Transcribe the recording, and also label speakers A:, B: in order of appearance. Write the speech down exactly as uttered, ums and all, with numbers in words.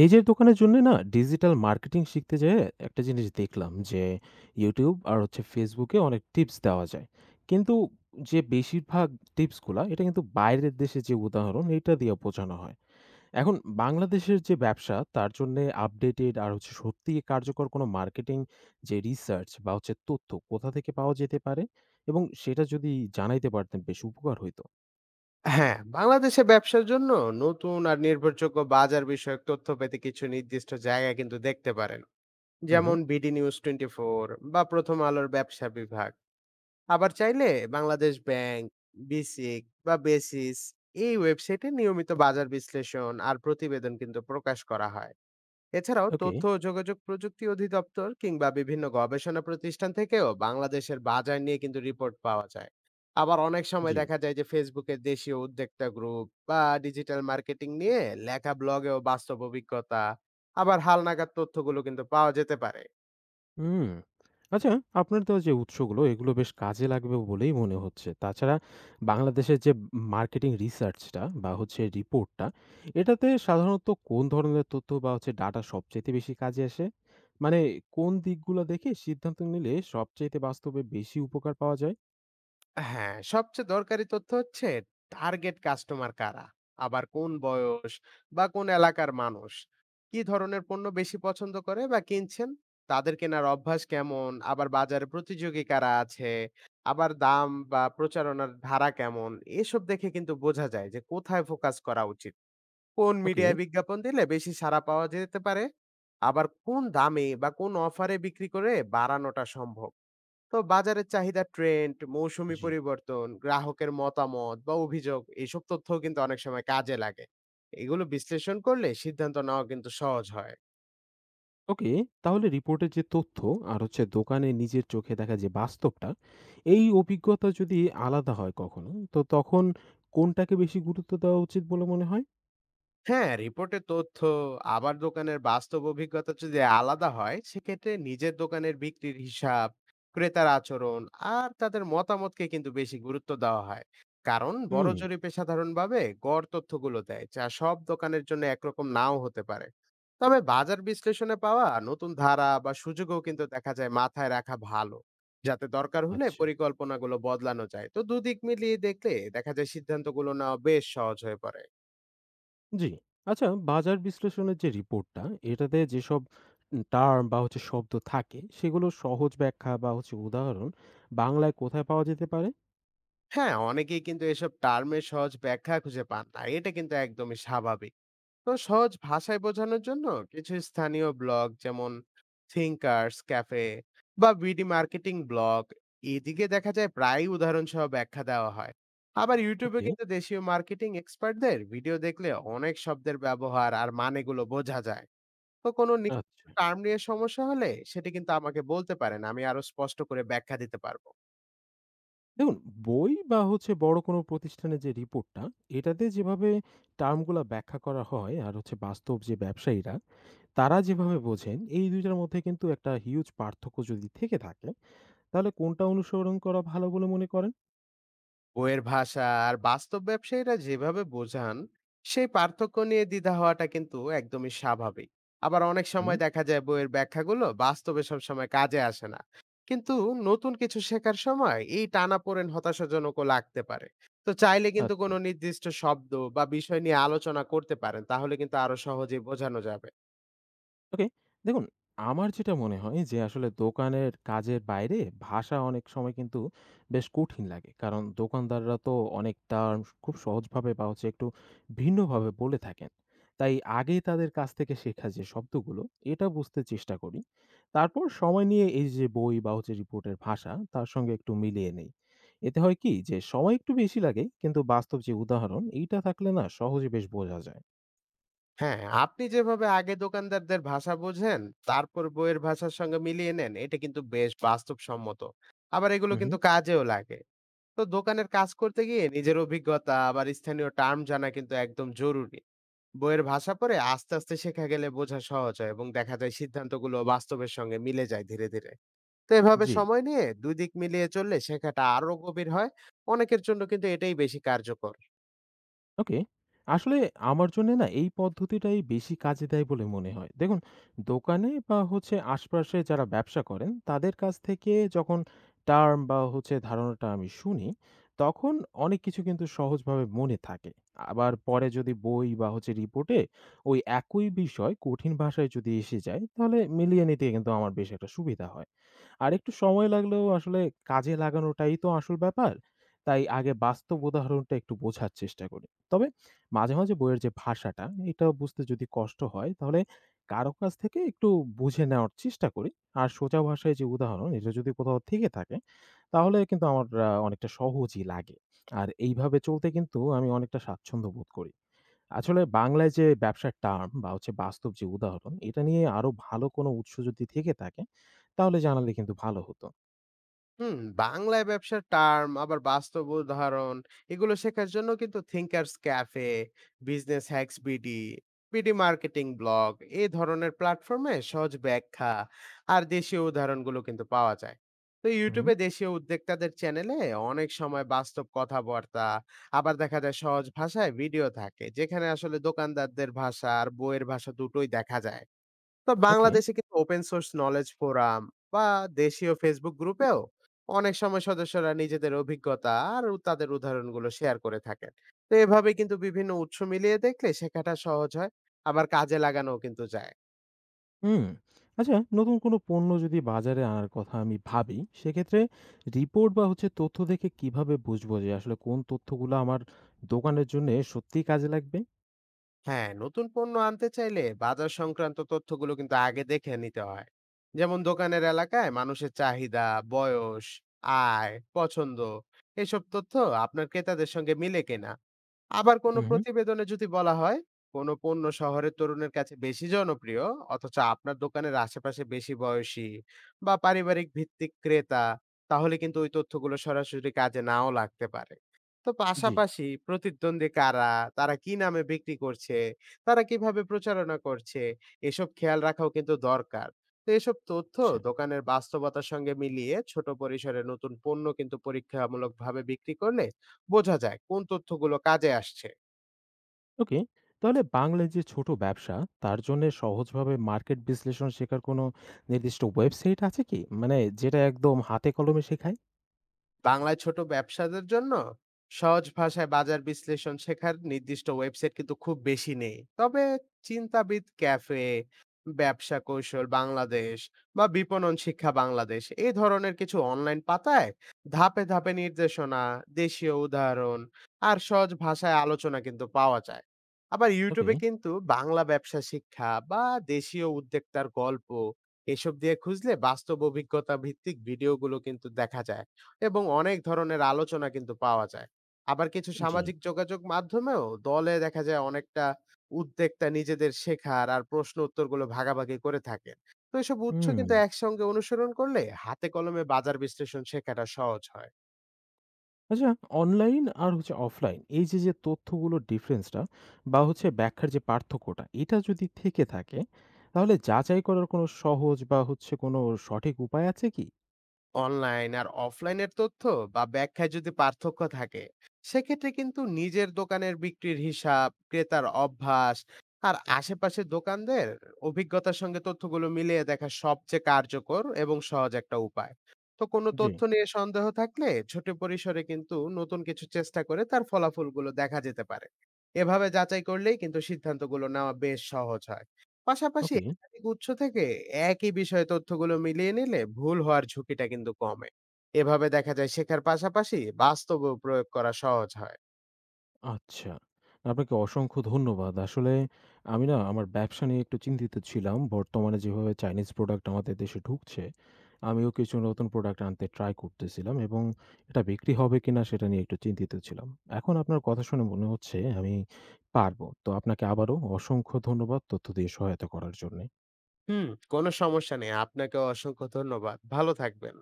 A: নিজের দোকানের জন্যে না ডিজিটাল মার্কেটিং শিখতে যেয়ে একটা জিনিস দেখলাম যে YouTube আর হচ্ছে Facebook এ অনেক টিপস দেওয়া যায়। কিন্তু যে বেশিরভাগ টিপসগুলা এটা কিন্তু বাইরের দেশে যে উদাহরণ এটা দিয়ে বোঝানো হয়। এখন বাংলাদেশের যে ব্যবসা তার জন্যে আপডেটেড আর হচ্ছে সত্যিই কার্যকর কোনো মার্কেটিং যে রিসার্চ বা হচ্ছে তথ্য কোথা থেকে পাওয়া যেতে পারে এবং সেটা যদি জানাইতে পারতেন বেশ উপকার হইতো।
B: হ্যাঁ, বাংলাদেশে ব্যবসার জন্য নতুন আর নির্ভরযোগ্য বাজার বিষয়ক তথ্য পেতে কিছু নির্দিষ্ট জায়গা কিন্তু দেখতে পারেন।
A: হুম,
B: যেমন
A: হুম।
B: বিডি নিউজ চব্বিশ বা প্রথম আলোর ব্যবসা বিভাগ। আবার চাইলে বাংলাদেশ ব্যাংক, বিসিক বা বেসিস এই ওয়েবসাইটে নিয়মিত বাজার বিশ্লেষণ আর প্রতিবেদন কিন্তু প্রকাশ করা হয়। এছাড়াও
A: ওকে,
B: তথ্য ও যোগাযোগ প্রযুক্তি অধিদপ্তর কিংবা বিভিন্ন গবেষণা প্রতিষ্ঠান থেকেও বাংলাদেশের বাজার নিয়ে কিন্তু রিপোর্ট পাওয়া যায়। আবার অনেক সময়
A: জি।
B: দেখা যায় যে ফেসবুকে দেশীয় উদ্যোক্তা গ্রুপ বা ডিজিটাল মার্কেটিং নিয়ে লেখা ব্লগেও বাস্তব অভিজ্ঞতা আবার হালনাগাদ তথ্যগুলো কিন্তু পাওয়া যেতে পারে।
A: হুম। আচ্ছা, আপনার দেওয়া যে উৎসগুলো এগুলো বেশ কাজে লাগবে বলেই মনে হচ্ছে। তাছাড়া বাংলাদেশের যে মার্কেটিং রিসার্চটা বা হচ্ছে রিপোর্টটা, এটাতে সাধারণত কোন ধরনের তথ্য বা হচ্ছে ডাটা সবচাইতে বেশি কাজে আসে? মানে কোন দিকগুলো দেখে সিদ্ধান্ত নিলে সবচাইতে বাস্তবে বেশি উপকার পাওয়া যায়?
B: হ্যাঁ, সবচেয়ে দরকারি তথ্য হচ্ছে টার্গেট কাস্টমার কারা, আবার কোন বয়স বা কোন এলাকার মানুষ কি ধরনের পণ্য বেশি পছন্দ করে বা কিনছেন, তাদের কেনার অভ্যাস কেমন, আবার বাজারে প্রতিযোগী কারা আছে, আবার দাম বা প্রচারণার ধারা কেমন। এসব দেখে কিন্তু বোঝা যায় যে কোথায় ফোকাস করা উচিত, কোন
A: ওকে,
B: মিডিয়ায় বিজ্ঞাপন দিলে বেশি সাড়া পাওয়া যেতে পারে, আবার কোন দামে বা কোন অফারে বিক্রি করে বাড়ানোটা সম্ভব। তো বাজারের চাহিদা, ট্রেন্ড, মৌসুমি
A: জি।
B: পরিবর্তন, গ্রাহকের মতামত বা অভিযোগ এইসব তথ্যও কিন্তু অনেক সময় কাজে লাগে। এগুলো বিশ্লেষণ করলে সিদ্ধান্ত নেওয়া কিন্তু সহজ হয়।
A: ওকে, তাহলে রিপোর্টের যে তথ্য আর হচ্ছে দোকানে নিজের চোখে দেখা যে বাস্তবটা, এই অভিজ্ঞতা যদি আলাদা হয় কখনো, তো তখন কোনটাকে বেশি গুরুত্ব দেওয়া উচিত বলে মনে হয়?
B: হ্যাঁ, রিপোর্টে তথ্য আবার দোকানের বাস্তব অভিজ্ঞতা যদি আলাদা হয়, সেক্ষেত্রে নিজের দোকানের বিক্রির হিসাব, ক্রেতার আচরণ আর তাদের মতামতকে কিন্তু বেশি গুরুত্ব দেওয়া হয়। কারণ বড়
A: হুম।
B: জরিপে সাধারণভাবে গড় তথ্যগুলো দেয়, যা সব দোকানের জন্য একরকম নাও হতে পারে। তবে বাজার বিশ্লেষণে পাওয়া নতুন ধারা বা সুযোগও কিন্তু দেখা যায় মাথায় রাখা ভালো, যাতে দরকার হলে
A: আচ্ছা।
B: পরিকল্পনাগুলো বদলানো যায়। তো দুদিক মিলিয়ে দেখলে দেখা যায় সিদ্ধান্তগুলো নেওয়া বেশ সহজ হয়ে পড়ে।
A: জি। আচ্ছা, বাজার বিশ্লেষণের যে রিপোর্টটা, এটাতে যেসব টার্ম বা হচ্ছে শব্দ থাকে, সেগুলো সহজ ব্যাখ্যা বা হচ্ছে উদাহরণ বাংলায় কোথায় পাওয়া যেতে পারে?
B: হ্যাঁ, অনেকেই কিন্তু এসব টার্মের সহজ ব্যাখ্যা খুঁজে পান না। এটা কিন্তু একদমই স্বাভাবিক। তো সহজ ভাষায় বোঝানোর জন্য কিছু স্থানীয় ব্লগ, যেমন Thinkers Cafe বা বি ডি Marketing Blog, এদিকে দেখা যায় প্রায়ই উদাহরণ সহ ব্যাখ্যা দেওয়া হয়। আবার YouTube এ
A: ওকে।
B: কিন্তু দেশীয় মার্কেটিং এক্সপার্টদের ভিডিও দেখলে অনেক শব্দের ব্যবহার আর মানেগুলো বোঝা যায়। তো কোনো নির্দিষ্ট
A: আচ্ছা,
B: টার্ম নিয়ে সমস্যা হলে সেটি কিন্তু আমাকে বলতে পারেন। আমি আরো স্পষ্ট করে ব্যাখ্যা দিতে পারব।
A: দেখুন, বই বা হচ্ছে বড় কোনো প্রতিষ্ঠানের যে রিপোর্টটা, এটাতে যেভাবে টার্মগুলা ব্যাখ্যা করা হয় আর হচ্ছে বাস্তব যে ব্যবসায়ীরা, তারা যেভাবে বোঝেন, এই দুই টার মধ্যে কিন্তু একটা হিউজ পার্থক্য যদি থেকে থাকে, তাহলে কোনটা অনুসরণ করা ভালো বলে মনে করেন?
B: বইয়ের ভাষা আর বাস্তব ব্যবসায়ীরা যেভাবে বোঝান সেই পার্থক্য নিয়ে দ্বিধা হওয়াটা কিন্তু একদমই স্বাভাবিক। আবার অনেক
A: হুম।
B: সময় দেখা যায় বইয়ের ব্যাখ্যাগুলো বাস্তবে সবসময় কাজে আসে না, কিন্তু নতুন কিছু শেখার সময় এই টানাপোড়েন হতাশাজনকও লাগতে পারে। তো চাইলে কিন্তু
A: আচ্ছা।
B: কোনো নির্দিষ্ট শব্দ বা বিষয় নিয়ে আলোচনা করতে পারেন, তাহলে কিন্তু আরো সহজে বোঝানো যাবে।
A: ওকে। দেখুন, আমার যেটা মনে হয় যে আসলে দোকানের কাজের বাইরে ভাষা অনেক সময় কিন্তু বেশ কঠিন লাগে। কারণ দোকানদাররা তো অনেক টার্ম খুব সহজভাবে বা হচ্ছে একটু ভিন্নভাবে বলে থাকেন। তাই আগে তাদের কাছ থেকে শেখা যে শব্দগুলো, এটা বুঝতে চেষ্টা করি। তারপর সময় নিয়ে এই যে বই বা হচ্ছে রিপোর্টের ভাষা, তার সঙ্গে একটু মিলিয়ে নেই। এতে হয় কি যে সময় একটু বেশি লাগে, কিন্তু বাস্তব যে উদাহরণ, এইটা থাকলে না সহজে বেশ বোঝা যায়।
B: হ্যাঁ, আপনি যেভাবে আগে দোকানদারদের ভাষা বোঝেন, তারপর বইয়ের ভাষার সঙ্গে মিলিয়ে নেন, এটা কিন্তু বেশ বাস্তবসম্মত। আবার এগুলো কিন্তু
A: উহু,
B: কাজেও লাগে। তো দোকানের কাজ করতে গিয়ে নিজের অভিজ্ঞতা আবার স্থানীয় টার্ম জানা কিন্তু একদম জরুরি। বইয়ের ভাষা পড়ে আস্তে আস্তে শেখা গেলে বোঝা সহজ হয় এবং দেখা যায় সিদ্ধান্তগুলো বাস্তবের সঙ্গে মিলে যায় ধীরে ধীরে। তো এভাবে
A: জি।
B: সময় নিয়ে দুই দিক মিলিয়ে চললে শেখাটা আরো গভীর হয়। অনেকের জন্য কিন্তু এটাই বেশি কার্যকর।
A: ওকে। আসলে আমার জন্যে না এই পদ্ধতিটাই বেশি কাজে দেয় বলে মনে হয়। দেখুন, দোকানে বা হচ্ছে আশপাশে যারা ব্যবসা করেন তাদের কাছ থেকে যখন টার্ম বা হচ্ছে ধারণাটা আমি শুনি, তখন অনেক কিছু কিন্তু সহজভাবে মনে থাকে। আবার পরে যদি বই বা হচ্ছে রিপোর্টে ওই একই বিষয় কঠিন ভাষায় যদি এসে যায়, তাহলে মিলিয়ে নিতে কিন্তু আমার বেশ একটা সুবিধা হয়। আরেকটু সময় লাগলেও আসলে কাজে লাগানোটাই তো আসল ব্যাপার। তাই আগে বাস্তব উদাহরণটা একটু বোঝার চেষ্টা করি। তবে মাঝে, মাঝে বইয়ের যে ভাষাটা, এটা বুঝতে যদি কষ্ট হয়, তাহলে কারো কাছ থেকে একটু বুঝে নেওয়ার চেষ্টা করি। আর সোজা ভাষায় যে উদাহরণ, এটা যদি কোথাও থেকে থাকে, তাহলে কিন্তু আমার আ অনেকটা সহজই লাগে। আর এইভাবে চলতে কিন্তু আমি অনেকটা স্বাচ্ছন্দ্য বোধ করি। আসলে বাংলায় যে ব্যবসার টার্ম বা হচ্ছে বাস্তব যে উদাহরণ, এটা নিয়ে আরো ভালো কোনো উৎস যদি থেকে থাকে, তাহলে জানালে কিন্তু ভালো হতো।
B: হুম, বাংলায় ব্যবসার টার্ম আবার বাস্তব উদাহরণ, এগুলো শেখার জন্য কিন্তু Thinkers Cafe, business hacks BD, BD marketing blog এই ধরনের প্ল্যাটফর্মে সহজ ব্যাখ্যা আর দেশীয় উদাহরণগুলো কিন্তু পাওয়া যায়। তো
A: হুম।
B: ইউটিউবে দেশীয় উদ্যোক্তাদের চ্যানেলে অনেক সময় বাস্তব কথাবার্তা আবার দেখা যায় সহজ ভাষায় ভিডিও থাকে, যেখানে আসলে দোকানদারদের ভাষা আর বইয়ের ভাষা দুটোই দেখা যায়। তো
A: ওকে।
B: বাংলাদেশে কিন্তু ওপেন সোর্স নলেজ ফোরাম বা দেশীয় ফেসবুক গ্রুপেও অনেক সময় সদস্যরা নিজেদের অভিজ্ঞতা আর তাদের উদাহরণগুলো শেয়ার করে থাকেন। তো এভাবে কিন্তু বিভিন্ন উৎস মিলিয়ে দেখলে শেখাটা সহজ হয়, আবার কাজে লাগানো কিন্তু যায়।
A: হুম। আচ্ছা, নতুন কোনো পণ্য যদি বাজারে আনার কথা আমি ভাবি, সেক্ষেত্রে রিপোর্ট বা হচ্ছে তথ্য দেখে কিভাবে বুঝবো যে আসলে কোন তথ্যগুলো আমার দোকানের জন্যে সত্যিই কাজে লাগবে?
B: হ্যাঁ, নতুন পণ্য আনতে চাইলে বাজার সংক্রান্ত তথ্যগুলো কিন্তু আগে দেখে নিতে হয়। যেমন দোকানের এলাকায় মানুষের চাহিদা, বয়স, আয়, পছন্দ, এসব তথ্য আপনার ক্রেতাদের সঙ্গে মিলে কিনা। আবার কোনো
A: উহু,
B: প্রতিবেদনে যদি বলা হয় কোনো পণ্য শহরের তরুণের কাছে বেশি জনপ্রিয়, অথচ আপনার দোকানের আশেপাশে বেশি বয়সী বা পারিবারিক ভিত্তিক ক্রেতা, তাহলে কিন্তু ওই তথ্যগুলো সরাসরি কাজে নাও লাগতে পারে। তো
A: জি।
B: পাশাপাশি প্রতিদ্বন্দ্বী কারা, তারা কি নামে বিক্রি করছে, তারা কিভাবে প্রচারণা করছে, এসব খেয়াল রাখাও কিন্তু দরকার। তো এসব তথ্য
A: আচ্ছা।
B: দোকানের বাস্তবতার সঙ্গে মিলিয়ে ছোট পরিসরে নতুন পণ্য কিন্তু পরীক্ষামূলকভাবে বিক্রি করলে বোঝা যায় কোন তথ্যগুলো কাজে আসছে।
A: ওকে। তাহলে বাংলায় যে ছোট ব্যবসা, তার জন্যে সহজভাবে মার্কেট বিশ্লেষণ শেখার কোনো নির্দিষ্ট ওয়েবসাইট আছে কি? মানে যেটা একদম হাতে কলমে শেখায়?
B: বাংলায় ছোট ব্যবসাদের জন্য সহজ ভাষায় বাজার বিশ্লেষণ শেখার নির্দিষ্ট ওয়েবসাইট কিন্তু খুব বেশি নেই, তবে চিন্তাবিদ ক্যাফে, ব্যবসা কৌশল বাংলাদেশ বা বিপণন শিক্ষা বাংলাদেশ এই ধরনের কিছু অনলাইন পাতায় ধাপে ধাপে নির্দেশনা, দেশীয় উদাহরণ আর সহজ ভাষায় আলোচনা কিন্তু পাওয়া যায়। আবার
A: ওকে,
B: ইউটিউবে কিন্তু বাংলা ব্যবসা শিক্ষা বা দেশীয় উদ্যোক্তার গল্প এসব দিয়ে খুঁজলে বাস্তব অভিজ্ঞতা ভিত্তিক ভিডিওগুলো কিন্তু দেখা যায় এবং অনেক ধরনের আলোচনা কিন্তু পাওয়া যায়। আবার কিছু
A: জি।
B: সামাজিক যোগাযোগ মাধ্যমেও দলে দেখা যায় অনেকটা উদ্যোক্তা নিজেদের শেখার আর প্রশ্ন উত্তরগুলো ভাগাভাগি করে থাকেন। তো এসব উৎস
A: হুম।
B: কিন্তু একসঙ্গে অনুসরণ করলে হাতে কলমে বাজার বিশ্লেষণ শেখাটা সহজ হয়।
A: আচ্ছা, অনলাইন আর হচ্ছে অফলাইন এই যে, যে তথ্যগুলোর ডিফারেন্সটা বা হচ্ছে ব্যাখ্যার যে পার্থক্যটা, এটা যদি থেকে থাকে, তাহলে যাচাই করার কোনো সহজ বা হচ্ছে কোনো সঠিক উপায় আছে কি?
B: অনলাইন আর অফলাইনের তথ্য বা ব্যাখ্যায় যদি পার্থক্য থাকে, সেক্ষেত্রে কিন্তু নিজের দোকানের বিক্রির হিসাব, ক্রেতার অভ্যাস আর আশেপাশের দোকানদের অভিজ্ঞতার সঙ্গে তথ্যগুলো মিলিয়ে দেখা সবচেয়ে কার্যকর এবং সহজ একটা উপায়। তো কোনো
A: জি,
B: তথ্য নিয়ে সন্দেহ থাকলে ছোট পরিসরে কিন্তু নতুন কিছু চেষ্টা করে তার ফলাফলগুলো দেখা যেতে পারে। এভাবে যাচাই করলেই কিন্তু সিদ্ধান্তগুলো নেওয়া বেশ সহজ হয়। পাশাপাশি
A: ওকে।
B: একাধিক উৎস থেকে একই বিষয়ে তথ্যগুলো মিলিয়ে নিলে ভুল হওয়ার ঝুঁকিটা কিন্তু কমে। এভাবে দেখা যায় শেখার পাশাপাশি বাস্তবেও প্রয়োগ করা সহজ হয়।
A: আচ্ছা। আপনাকে অসংখ্য ধন্যবাদ। আসলে আমি না আমার ব্যবসা নিয়ে একটু চিন্তিত ছিলাম। বর্তমানে যেভাবে চাইনিজ প্রোডাক্ট আমাদের দেশে ঢুকছে, আমিও কিছু নতুন প্রোডাক্ট আনতে ট্রাই করতেছিলাম এবং এটা বিক্রি হবে কিনা সেটা নিয়ে একটু চিন্তিত ছিলাম। এখন আপনার কথা শুনে মনে হচ্ছে আমি পারবো। তো আপনাকে আবারও অসংখ্য ধন্যবাদ তথ্য দিয়ে সহায়তা করার জন্যে।
B: হুম, কোনো সমস্যা নেই। আপনাকে অসংখ্য ধন্যবাদ, ভালো থাকবেন।